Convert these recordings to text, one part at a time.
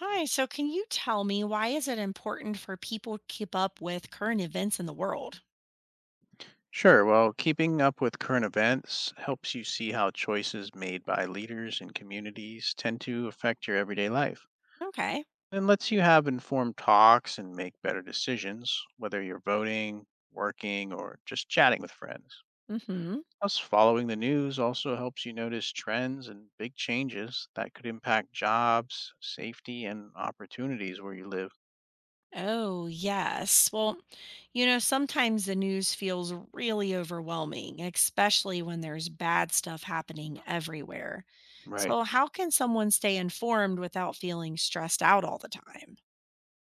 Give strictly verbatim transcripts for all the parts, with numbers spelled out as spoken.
Hi, so can you tell me why is it important for people to keep up with current events in the world? Sure. Well, keeping up with current events helps you see how choices made by leaders and communities tend to affect your everyday life Okay. and lets you have informed talks and make better decisions, whether you're voting, working, or just chatting with friends. Mhm. Plus, following the news also helps you notice trends and big changes that could impact jobs, safety, and opportunities where you live. Oh, yes. Well, you know, sometimes the news feels really overwhelming, especially when there's bad stuff happening everywhere. Right. So, how can someone stay informed without feeling stressed out all the time?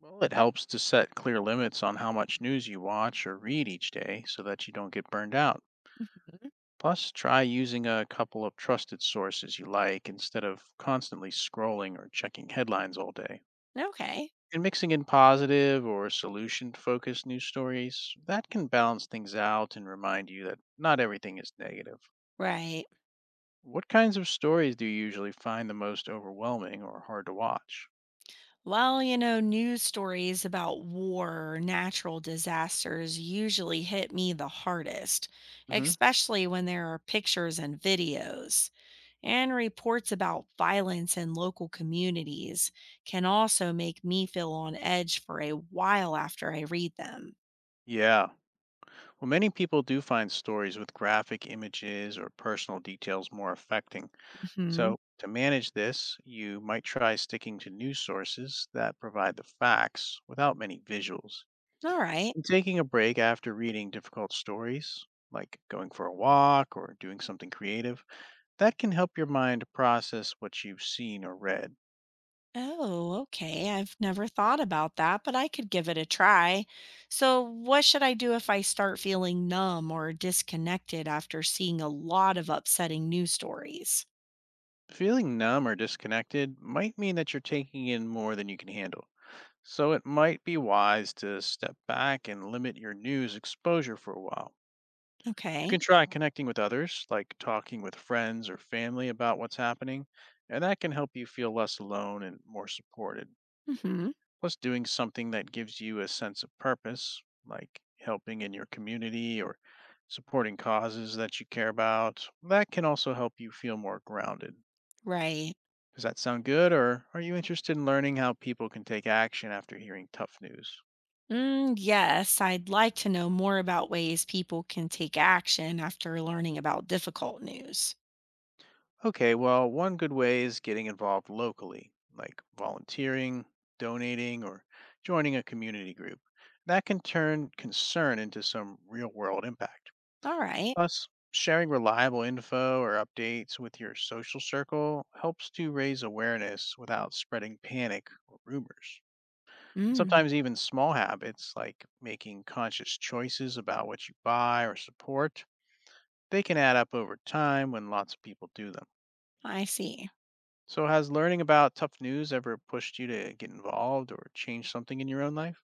Well, it helps to set clear limits on how much news you watch or read each day so that you don't get burned out. Mhm. Plus, try using a couple of trusted sources you like instead of constantly scrolling or checking headlines all day. Okay. And mixing in positive or solution focused news stories, that can balance things out and remind you that not everything is negative. Right. What kinds of stories do you usually find the most overwhelming or hard to watch? Well, you know, news stories about war, or natural disasters usually hit me the hardest, hmm especially when there are pictures and videos. And reports about violence in local communities can also make me feel on edge for a while after I read them. Yeah. Well, many people do find stories with graphic images or personal details more affecting. Mhm. So, to manage this, you might try sticking to news sources that provide the facts without many visuals. All right. And taking a break after reading difficult stories, like going for a walk or doing something creative, that can help your mind process what you've seen or read. Oh, okay. I've never thought about that, but I could give it a try. So, what should I do if I start feeling numb or disconnected after seeing a lot of upsetting news stories? Feeling numb or disconnected might mean that you're taking in more than you can handle. So, it might be wise to step back and limit your news exposure for a while. You Okay. can try connecting with others, like talking with friends or family about what's happening, and that can help you feel less alone and more supported. Mhm. Plus, doing something that gives you a sense of purpose, like helping in your community or supporting causes that you care about, that can also help you feel more grounded. Right. Does that sound good, or are you interested in learning how people can take action after hearing tough news? Mm, yes, I'd like to know more about ways people can take action after learning about difficult news. Okay, well, one good way is getting involved locally, like volunteering, donating, or joining a community group. That can turn concern into some real world impact. All right. Plus, sharing reliable info or updates with your social circle helps to raise awareness without spreading panic or rumors. And Mm, sometimes even small habits like making conscious choices about what you buy or support, they can add up over time when lots of people do them. I see. So, has learning about tough news ever pushed you to get involved or change something in your own life?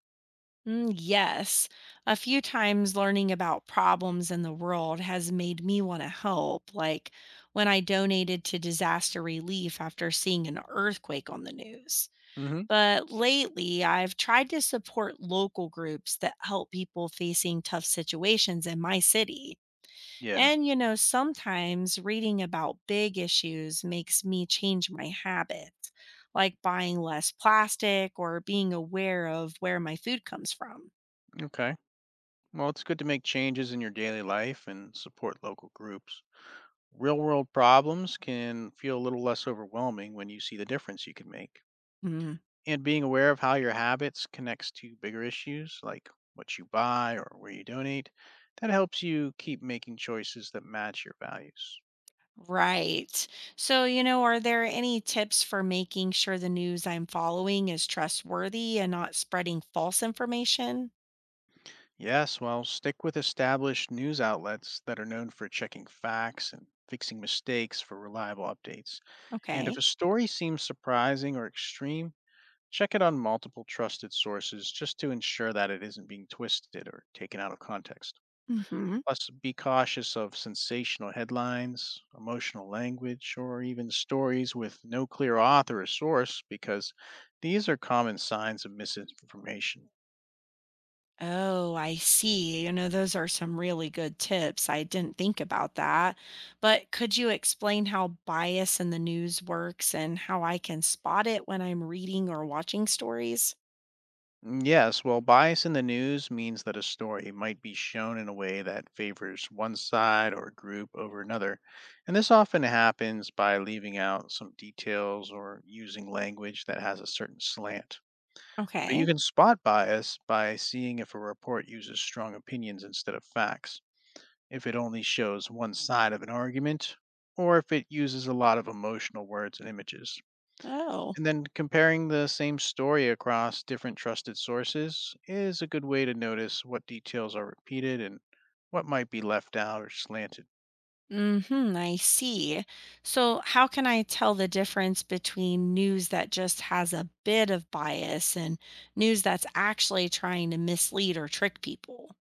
Mm, yes, a few times learning about problems in the world has made me want to help, like when I donated to disaster relief after seeing an earthquake on the news. hmm But lately, I've tried to support local groups that help people facing tough situations in my city. Yeah. And, you know, sometimes reading about big issues makes me change my habits, like buying less plastic or being aware of where my food comes from. Okay. Well, it's good to make changes in your daily life and support local groups. Real world problems can feel a little less overwhelming when you see the difference you can make. Hmm. And being aware of how your habits connects to bigger issues like what you buy or where you donate, that helps you keep making choices that match your values. Right. So, you know, are there any tips for making sure the news I'm following is trustworthy and not spreading false information? Yes, well, stick with established news outlets that are known for checking facts and fixing mistakes for reliable updates. And if Okay. a story seems surprising or extreme, check it on multiple trusted sources just to ensure that it isn't being twisted or taken out of context. Hmm. Plus, be cautious of sensational headlines, emotional language, or even stories with no clear author or source because these are common signs of misinformation. Oh, I see. You know, those are some really good tips. I didn't think about that. But could you explain how bias in the news works and how I can spot it when I'm reading or watching stories? Mm, yes, well, bias in the news means that a story might be shown in a way that favors one side or group over another. And this often happens by leaving out some details or using language that has a certain slant. But you Okay. can spot bias by seeing if a report uses strong opinions instead of facts, if it only shows one side of an argument, or if it uses a lot of emotional words and images. Oh. And then comparing the same story across different trusted sources is a good way to notice what details are repeated and what might be left out or slanted. Mm-hmm, I see. So, how can I tell the difference between news that just has a bit of bias and news that's actually trying to mislead or trick people?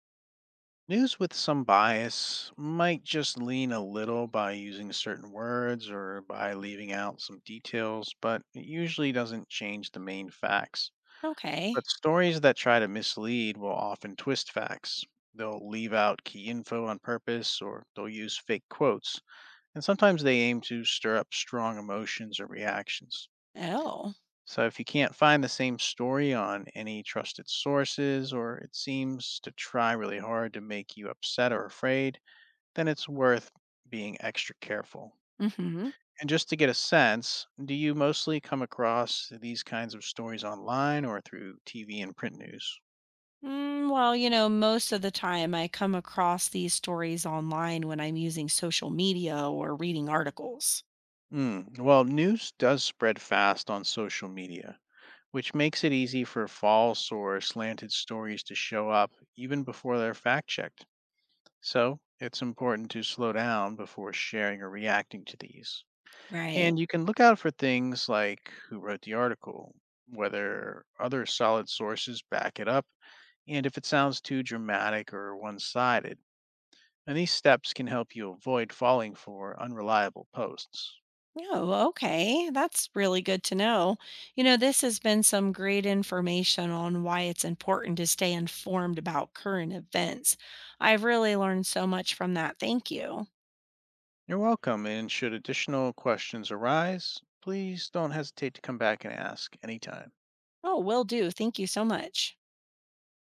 News with some bias might just lean a little by using certain words or by leaving out some details, but it usually doesn't change the main facts. Okay. But stories that try to mislead will often twist facts. They'll leave out key info on purpose or they'll use fake quotes and sometimes they aim to stir up strong emotions or reactions. Oh. So, if you can't find the same story on any trusted sources, or it seems to try really hard to make you upset or afraid, then it's worth being extra careful. Mm-hmm. And just to get a sense, do you mostly come across these kinds of stories online or through T V and print news? Mm, well, you know, most of the time I come across these stories online when I'm using social media or reading articles. Mm, well, news does spread fast on social media, which makes it easy for false or slanted stories to show up even before they're fact checked. So it's important to slow down before sharing or reacting to these. Right. And you can look out for things like who wrote the article, whether other solid sources back it up, and if it sounds too dramatic or one sided. And these steps can help you avoid falling for unreliable posts. Oh, okay. That's really good to know. You know, this has been some great information on why it's important to stay informed about current events. I've really learned so much from that. Thank you. You're welcome, and should additional questions arise, please don't hesitate to come back and ask anytime. Oh, will do. Thank you so much.